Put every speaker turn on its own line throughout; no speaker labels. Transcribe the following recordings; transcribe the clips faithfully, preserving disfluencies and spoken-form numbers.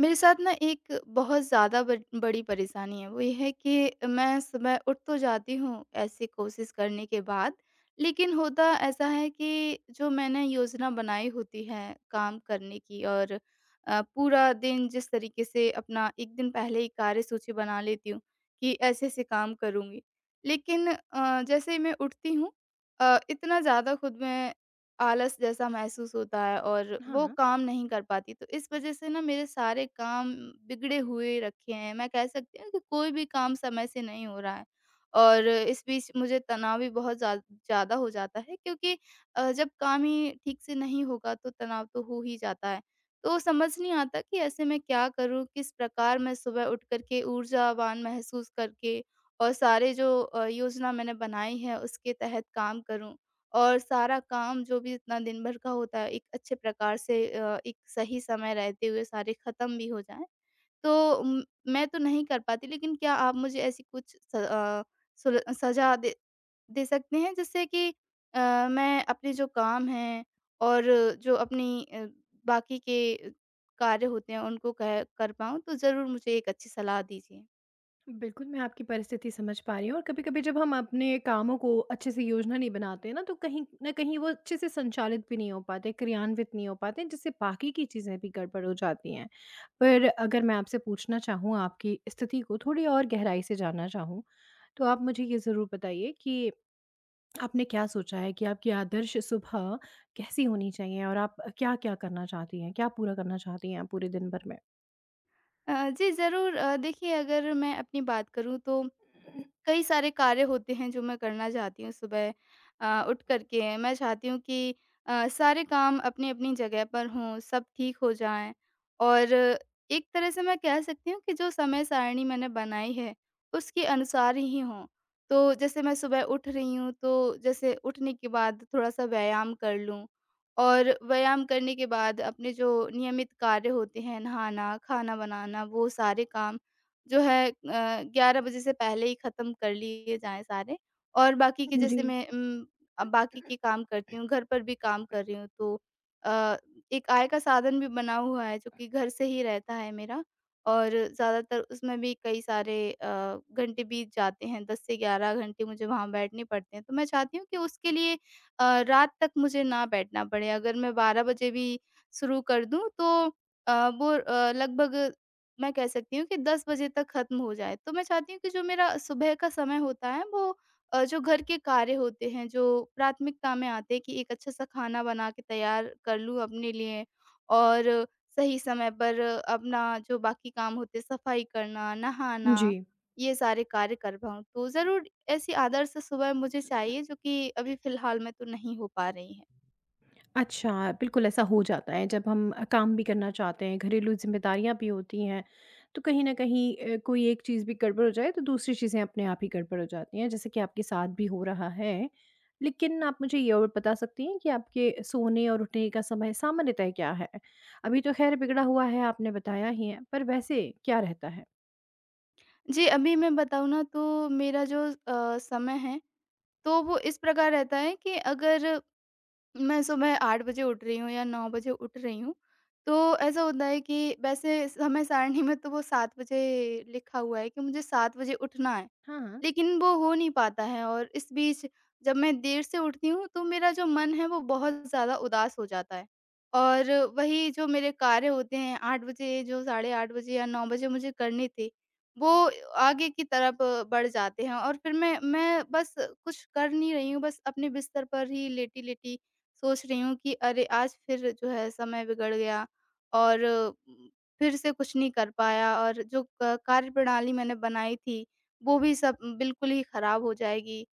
मेरे साथ ना एक बहुत ज़्यादा बड़ बड़ी परेशानी है, वो ये है कि मैं सुबह उठ तो जाती हूँ ऐसी कोशिश करने के बाद, लेकिन होता ऐसा है कि जो मैंने योजना बनाई होती है काम करने की, और अ, पूरा दिन जिस तरीके से अपना एक दिन पहले ही कार्यसूची बना लेती हूँ कि ऐसे-ऐसे काम करूँगी। लेकिन अ, जैसे ही मैं उठती हूँ अ, इतना ज़्यादा खुद में आलस जैसा महसूस होता है, और वो
हाँ,
काम नहीं कर पाती। तो इस वज़ह से ना मेरे सारे काम बिगड़े हुए रखे हैं। मैं कह सकती हूँ कि कोई भी काम समय से नहीं हो रहा है, और इस बीच मुझे तनाव भी बहुत ज़्या ज़्यादा हो जाता है, क्योंकि अ, जब काम ही ठीक से नहीं होगा, तो तनाव तो हो ही जाता है। तो समझ नहीं आता कि ऐसे में क्या करूँ? किस प्रकार मैं सुबह उठ कर के ऊर्जावान महसूस करके और सारे जो अ, योजना मैंने बनाई है उसके तहत काम करूँ? और सारा काम जो भी इतना दिन भर का होता है एक अच्छे प्रकार से, अ, एक सही समय रहते हुए सारे ख़त्म भी हो जाएँ। तो उम, मैं तो नहीं कर पाती, लेकिन क्या आप मुझे ऐसी कुछ स अ, सुल सज़ा दे दे सकते हैं, जिससे कि अ, मैं अपने जो काम हैं, और जो अपनी अ, बाकी के कार्य होते हैं उनको कह कर पाऊँ? तो ज़रूर मुझे एक अच्छी सलाह दीजिए।
बिल्कुल मैं आपकी परिस्थिति समझ पा रही हूँ और कभी-कभी जब हम अपने कामों को अच्छे से योजना नहीं बनाते हैं ना तो कहीं न कहीं वो अच्छे से संचालित भी नहीं हो पाते, क्रियान्वित नहीं हो पाते जिससे बाकी की चीज़ें भी गड़बड़ हो जाती हैं। पर अगर मैं आपसे पूछना चाहूँ आपकी स्थिति को थोड़ी और गहराई से जानना चाहूँ, तो आप मुझे ये ज़रूर बताइए कि आपने क्या सोचा है कि आपकी आदर्श सुबह कैसी होनी चाहिए और आप क्या-क्या करना चाहती हैं? क्या पूरा करना चाहती हैं आप पूरे दिन भर में?
अ, जी ज़रूर। अ, देखिए, अगर मैं अपनी बात करूँ, तो कई सारे कार्य होते हैं जो मैं करना चाहती हूँ सुबह अ, उठ कर के। मैं चाहती हूँ कि अ, सारे काम अपनी-अपनी जगह पर हों, सब ठीक हो जाएँ, और एक तरह से मैं कह सकती हूँ कि जो समय सारिणी मैंने बनाई है, उसके अनुसार ही हों। तो जैसे मैं सुबह उठ रही हूँ, तो जैसे उठने के बाद थोड़ा-सा व्यायाम कर लूँ, और व्यायाम करने के बाद अपने जो नियमित कार्य होते हैं, नहाना, खाना बनाना, वो सारे काम जो है अ, ग्यारह बजे से पहले ही ख़त्म कर लिए जाएँ सारे। और बाकी के
जी।
जैसे मैं उम, अब बाकी के काम करती हूँ, घर पर भी काम कर रही हूँ, तो अ, एक आय का साधन भी बना हुआ है जो कि घर से ही रहता है मेरा, और ज़्यादातर उसमें भी कई सारे अ, घंटे बीत जाते हैं, दस से ग्यारह घंटे मुझे वहाँ बैठने पड़ते हैं। तो मैं चाहती हूँ कि उसके लिए अ, रात तक मुझे ना बैठना पड़े। अगर मैं बारह बजे भी शुरू कर दूँ, तो अ, वो अ, लगभग मैं कह सकती हूँ कि दस बजे तक ख़त्म हो जाए। तो मैं चाहती हूँ कि जो मेरा सुबह का समय होता है, वो अ, जो घर के कार्य होते हैं, जो प्राथमिकता में आते हैं, कि एक अच्छा-सा खाना बना के तैयार कर लूँ अपने लिए, और सही समय पर अपना जो बाकी काम होते हैं, सफ़ाई करना,
जी।
नहाना, ये सारे कार्य कर पाऊँ। तो ज़रूर ऐसी आदर्श सुबह मुझे चाहिए, जो कि अभी फ़िलहाल में तो नहीं हो पा रही है।
अच्छा, बिल्कुल ऐसा हो जाता है जब हम अ, काम भी करना चाहते हैं, घरेलू ज़िम्मेदारियाँ भी होती हैं, तो कहीं न कहीं अ, कोई एक चीज़ भी गड़बड़ हो जाए तो दूसरी चीज़ें अपने आप ही गड़बड़ हो जाती हैं, जैसे कि आपके साथ भी हो रहा है। लेकिन आप मुझे ये और बता सकती हैं कि आपके सोने और उठने का समय सामान्यतः क्या है? अभी तो ख़ैर बिगड़ा हुआ है आपने बताया ही है, पर वैसे क्या रहता है?
जी, अभी मैं बताऊँ ना, तो मेरा जो अ, समय है, तो वो इस प्रकार रहता है कि अगर मैं सुबह आठ बजे उठ रही हूँ या नौ बजे उठ रही हूँ, तो ऐसा होता है कि वैसे समय सारिणी में तो वो सात बजे लिखा हुआ है कि मुझे सात बजे उठना है,
हाँ, हाँ।
लेकिन वो हो नहीं पाता है, और इस बीच जब मैं देर से उठती हूँ, तो मेरा जो मन है वो बहुत ज़्यादा उदास हो जाता है। और वही जो मेरे कार्य होते हैं आठ बजे, जो साढ़े आठ बजे या नौ बजे मुझे करने थे, वो आगे की तरफ बढ़ जाते हैं, और फिर मैं मैं बस कुछ कर नहीं रही हूँ, बस अपने बिस्तर पर ही लेटी-लेटी सोच रही हूँ कि अरे आज फिर जो है समय बिगड़ गया, और उम, फिर से कुछ नहीं कर पाया, और जो क कार्यप्रणाली मैंने बनाई थी, वो भी सब बिल्कुल ही खराब हो जाएगी।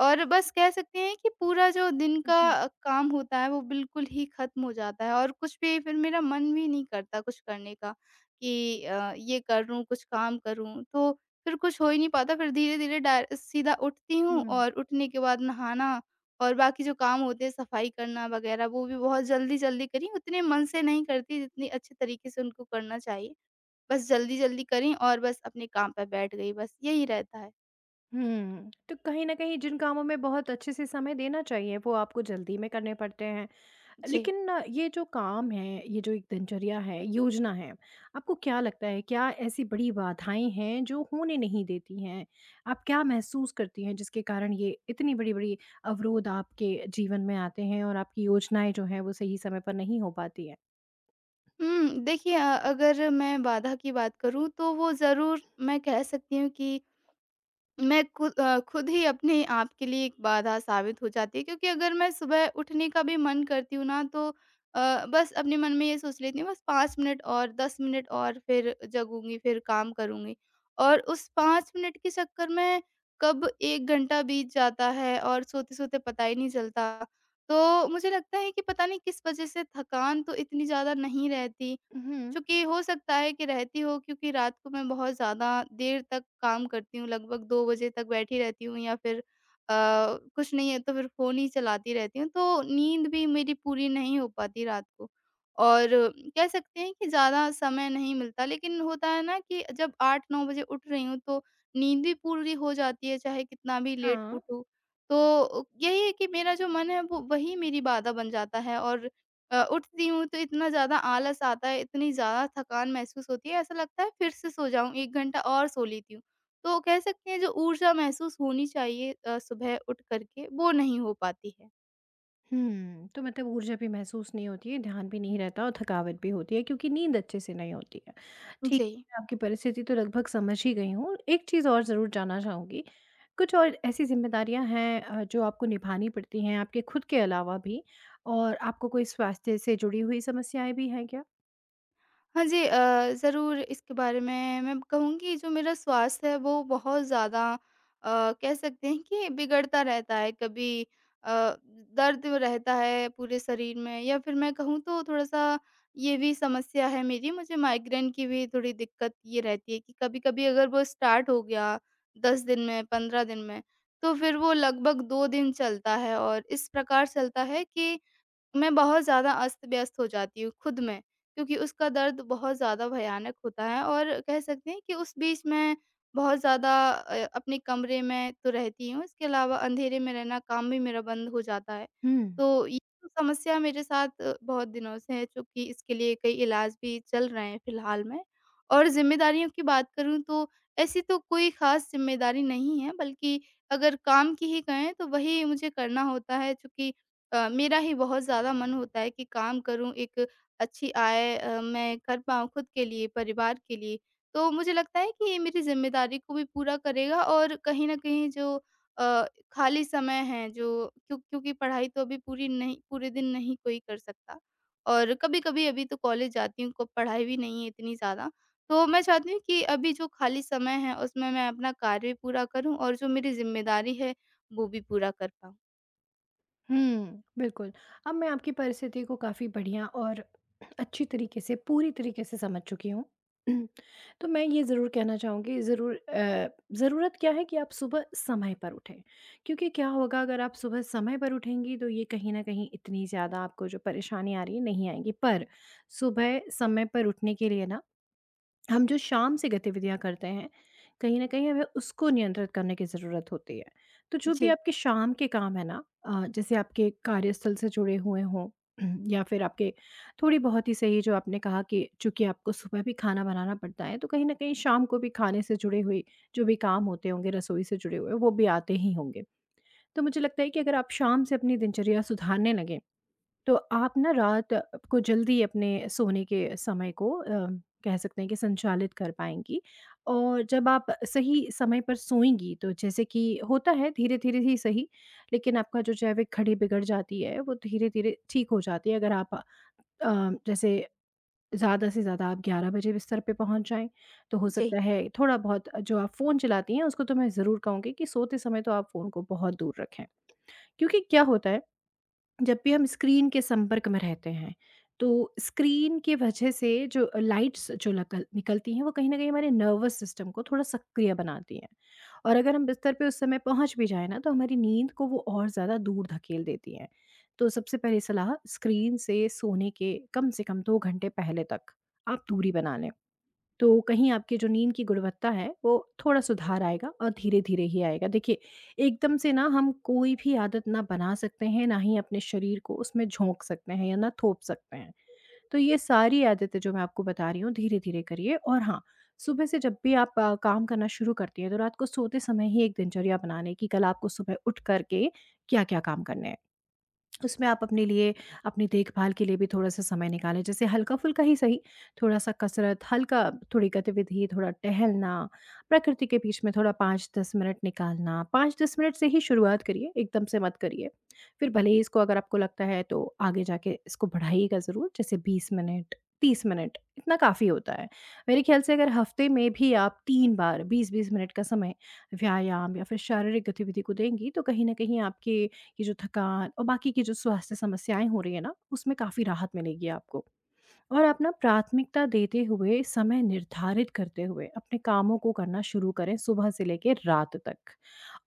और बस कह सकते हैं कि पूरा जो दिन का
जी।
अ, काम होता है वो बिल्कुल ही खत्म हो जाता है, और कुछ भी फिर मेरा मन भी नहीं करता कुछ करने का, कि अ, ये कर लूँ, कुछ काम करूँ। तो फिर कुछ हो ही नहीं पाता, फिर धीरे-धीरे डाय सीधा उठती हूँ,
हुँ।
और उठने के बाद नहाना और बाकी जो काम होते हैं, सफाई करना वगैरह, वो भी बहुत जल्दी-जल्दी करी, उतने मन से नहीं करती जितनी अच्छे तरीके से उनको करना चाहिए। बस जल्दी-जल्दी करी, और बस अपने काम पे बैठ गई, बस यही रहता है।
हुँ, तो कहीं न कहीं जिन कामों में बहुत अच्छे से समय देना चाहिए वो आपको जल्दी में करने पड़ते हैं।
जी।
लेकिन अ, ये जो काम है, ये जो एक दिनचर्या है, योजना है, आपको क्या लगता है क्या ऐसी बड़ी बाधाएँ हैं जो होने नहीं देती हैं? आप क्या महसूस करती हैं जिसके कारण ये इतनी बड़ी-बड़ी अवरोध आपके जीवन में आते हैं और आपकी योजनाएँ जो हैं वो सही समय पर नहीं हो पाती हैं?
हुँ, देखिए, अ, अगर मैं बाधा की बात करूँ, तो वो ज़रूर मैं कह सकती हूँ कि मैं खुद अ, खुद ही अपने आप के लिए एक बाधा साबित हो जाती है, क्योंकि अगर मैं सुबह उठने का भी मन करती हूँ ना, तो अ, बस अपने मन में ये सोच लेती हूँ, बस पाँच मिनट और दस मिनट और फिर जगूंगी, फिर काम करूंगी, और उस पाँच मिनट के चक्कर में कब एक घंटा बीत जाता है और सोते-सोते पता ही नहीं चलता। तो मुझे लगता है कि पता नहीं किस वजह से थकान तो इतनी ज़्यादा नहीं रहती,
हुँ।
चूँकि हो सकता है कि रहती हो, क्योंकि रात को मैं बहुत ज़्यादा देर तक काम करती हूँ, लगभग दो बजे तक बैठी रहती हूँ, या फिर अ, कुछ नहीं है तो फिर फ़ोन ही चलाती रहती हूँ, तो नींद भी मेरी पूरी नहीं हो पाती रात को। और कह सकते हैं कि ज़्यादा समय नहीं मिलता, लेकिन होता है ना कि जब आठ नौ बजे उठ रही हूँ, तो नींद भी पूरी हो जाती है चाहे कितना भी लेट
हाँ।
उठूँ। तो यही है कि मेरा जो मन है वो वही मेरी बाधा बन जाता है, और अ, उठती हूँ तो इतना ज़्यादा आलस आता है, इतनी ज़्यादा थकान महसूस होती है, ऐसा लगता है फिर से सो जाऊँ, एक घंटा और सो लेती हूँ। तो कह सकते हैं जो ऊर्जा महसूस होनी चाहिए अ, सुबह उठ कर के, वो नहीं हो पाती है।
हुँ, तो मतलब ऊर्जा भी महसूस नहीं होती है, ध्यान भी नहीं रहता और थकावट भी होती है क्योंकि नींद अच्छे से नहीं होती है। ठीक
जी।
है, आपकी परिस्थिति तो लगभग समझ ही गई हूँ। एक चीज़ और ज़रूर जानना चाहूँगी, कुछ और ऐसी ज़िम्मेदारियाँ हैं अ, जो आपको निभानी पड़ती हैं आपके खुद के अलावा भी और आपको कोई स्वास्थ्य से जुड़ी हुई समस्याएँ भी हैं क्या?
हाँ जी, अ, ज़रूर इसके बारे में मैं कहूँगी, जो मेरा स्वास्थ्य है वो बहुत ज़्यादा अ, कह सकते हैं कि बिगड़ता रहता है, कभी अ, दर्द रहता है पूरे शरीर में, या फिर मैं कहूँ तो थोड़ा सा ये भी समस्या है मेरी, मुझे माइग्रेन की भी थोड़ी दिक्कत ये रहती है कि कभी कभी अगर वो स्टार्ट हो गया दस दिन में पंद्रह दिन में, तो फिर वो लगभग दो दिन चलता है, और इस प्रकार चलता है कि मैं बहुत ज़्यादा अस्त-व्यस्त हो जाती हूँ खुद में, क्योंकि उसका दर्द बहुत ज़्यादा भयानक होता है, और कह सकते हैं कि उस बीच मैं बहुत ज़्यादा अ, अपने कमरे में तो रहती हूँ, इसके अलावा अंधेरे में रहना, काम भी मेरा बंद हो जाता है।
हुँ।
तो ये तो समस्या मेरे साथ अ, बहुत दिनों से है, चूँकि इसके लिए कई इलाज भी चल रहे हैं फिलहाल में। और ज़िम्मेदारियों की बात करूँ, तो ऐसी तो कोई ख़ास ज़िम्मेदारी नहीं है, बल्कि अगर काम की ही कहें, तो वही मुझे करना होता है, चूँकि अ, मेरा ही बहुत ज़्यादा मन होता है कि काम करूँ, एक अच्छी आय अ, मैं कर पाऊँ खुद के लिए, परिवार के लिए। तो मुझे लगता है कि ये मेरी ज़िम्मेदारी को भी पूरा करेगा, और कहीं न कहीं जो अ, खाली समय है, जो क्यों क्योंकि पढ़ाई तो अभी पूरी नहीं, पूरे दिन नहीं कोई कर सकता, और कभी-कभी अभी तो कॉलेज जाती हूँ, को पढ़ाई भी नहीं है इतनी ज़्यादा। तो मैं चाहती हूँ कि अभी जो खाली समय है, उसमें मैं अपना कार्य पूरा करूँ, और जो मेरी ज़िम्मेदारी है, वो भी पूरा कर पाऊँ।
हुँ, बिल्कुल। अब मैं आपकी परिस्थिति को काफ़ी बढ़िया और अच्छी तरीके से, पूरी तरीके से समझ चुकी हूँ। तो मैं ये ज़रूर कहना चाहूँगी ज़रूर अ, ज़रूरत क्या है कि आप सुबह समय पर उठें। क्योंकि क्या होगा अगर आप सुबह समय पर उठेंगी तो ये कहीं न कहीं इतनी ज़्यादा आपको जो परेशानी आ रही है नहीं आएगी। पर सुबह समय पर उठने के लिए ना हम जो शाम से गतिविधियाँ करते हैं, कहीं न कहीं हमें उसको नियंत्रित करने की ज़रूरत होती है। तो जो भी
जी।
आपके शाम के काम है ना अ, जैसे आपके कार्यस्थल से जुड़े हुए हों या फिर आपके थोड़ी बहुत ही सही जो आपने कहा कि चूँकि आपको सुबह भी खाना बनाना पड़ता है, तो कहीं न कहीं शाम को भी खाने से जुड़े हुए जो भी काम होते होंगे, रसोई से जुड़े हुए, वो भी आते ही होंगे। तो मुझे लगता है कि अगर आप शाम से अपनी दिनचर्या सुधारने लगें तो आप ना रात को जल्दी अपने सोने के समय को अ, कह सकते हैं कि संचालित कर पाएँगी और जब आप सही समय पर सोएँगी तो जैसे कि होता है धीरे-धीरे ही सही, लेकिन आपका जो जैविक घड़ी बिगड़ जाती है वो धीरे-धीरे ठीक हो जाती है अगर आप अ, जैसे ज़्यादा से ज़्यादा आप ग्यारह बजे बिस्तर पे पहुँच जाएँ, तो हो
जी।
सकता है थोड़ा-बहुत जो आप फ़ोन चलाती हैं उसको तो मैं ज़रूर कहूँगी कि सोते समय तो आप फ़ोन को बहुत दूर रखें। क्योंकि क्या होता है जब भी हम स्क्रीन के संपर्क में रहते हैं, तो स्क्रीन की वजह से जो लाइट्स जो नकल निकलती हैं, वो कहीं न कहीं हमारे नर्वस सिस्टम को थोड़ा सक्रिय बनाती हैं। और अगर हम बिस्तर पे उस समय पहुँच भी जाएँ ना, तो हमारी नींद को वो और ज़्यादा दूर धकेल देती हैं। तो सबसे पहली सलाह स्क्रीन से सोने के कम से कम दो घंटे पहले तक आप दूरी बना लें। तो कहीं आपकी जो नींद की गुणवत्ता है, वो थोड़ा सुधार आएगा और धीरे-धीरे ही आएगा। देखिए, एकदम से ना हम कोई भी आदत ना बना सकते हैं, ना ही अपने शरीर को उसमें झोंक सकते हैं या ना थोप सकते हैं। तो ये सारी आदतें जो मैं आपको बता रही हूँ, धीरे-धीरे करिए और हाँ, सुबह से जब भी आप अ, काम करना शुरू करती हैं, तो रात को सोते समय ही एक दिनचर्या बनाने की कल आपको सुबह उठ कर के क्या-क्या काम करने हैं। उसमें आप अपने लिए, अपनी देखभाल के लिए भी थोड़ा-सा समय निकालें। जैसे हल्का-फुल्का ही सही, थोड़ा-सा कसरत, हल्का थोड़ी गतिविधि, थोड़ा टहलना, प्रकृति के बीच में थोड़ा पाँच से दस मिनट निकालना। पाँच से दस मिनट से ही शुरुआत करिए, एकदम से मत करिए। फिर भले ही इसको अगर आपको लगता है तो आगे जाके इसको बढ़ाइएगा ज़रूर, जैसे बीस मिनट, तीस मिनट, इतना काफ़ी होता है। मेरे ख़्याल से अगर हफ़्ते में भी आप तीन बार बीस-बीस मिनट का समय व्यायाम या फिर शारीरिक गतिविधि को देंगी, तो कहीं न कहीं आपके की जो थकान और बाकी की जो स्वास्थ्य समस्याएँ हो रही है ना, उसमें काफ़ी राहत मिलेगी आपको। और आप ना प्राथमिकता देते हुए, समय निर्धारित करते हुए अपने कामों को करना शुरू करें सुबह से लेके रात तक।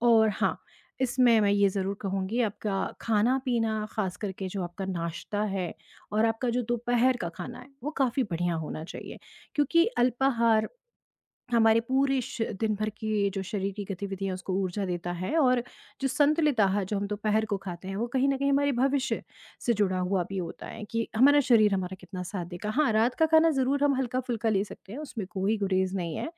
और हाँ, इसमें मैं ये ज़रूर कहूँगी आपका खाना-पीना ख़ास करके जो आपका नाश्ता है और आपका जो दोपहर का खाना है, वो काफ़ी बढ़िया होना चाहिए। क्योंकि अल्पाहार हमारे पूरे श दिन भर की जो शरीर की गतिविधियाँ उसको ऊर्जा देता है और जो संतुलित आहार जो हम दोपहर को खाते हैं वो कहीं न कहीं हमारे भविष्य से जुड़ा हुआ भी होता है कि हमारा शरीर हमारा कितना साथ देगा। हाँ, रात का खाना ज़रूर हम हल्का-फुल्का ले सकते हैं उसमें कोई गुरेज़ नहीं है।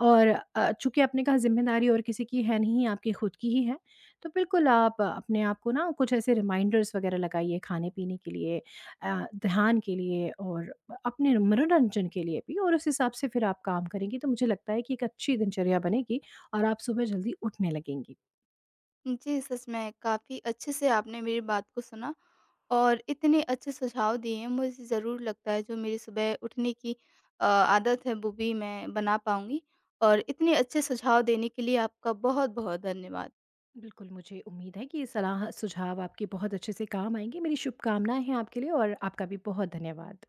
और अ, चूँकि आपने कहा ज़िम्मेदारी और किसी की है नहीं, आपकी खुद की ही है, तो बिल्कुल आप अपने आप को ना कुछ ऐसे रिमाइंडर्स वग़ैरह लगाइए खाने-पीने के लिए अ, ध्यान के लिए और अपने मनोरंजन के लिए भी और उस हिसाब से फिर आप काम करेंगी, तो मुझे लगता है कि एक अच्छी दिनचर्या बनेगी और आप सुबह जल्दी उठने लगेंगी।
जी, सच में काफ़ी अच्छे से आपने मेरी बात को सुना, और इतने अच्छे सुझाव दिए हैं। मुझे ज़रूर लगता है जो मेरी सुबह उठने की अ, आदत है वो भी मैं बना पाऊँगी, और इतने अच्छे सुझाव देने के लिए आपका बहुत-बहुत धन्यवाद।
बिल्कुल, मुझे उम्मीद है कि ये सलाह सुझाव आपके बहुत अच्छे से काम आएँगे। मेरी शुभकामनाएँ हैं आपके लिए और आपका भी बहुत धन्यवाद।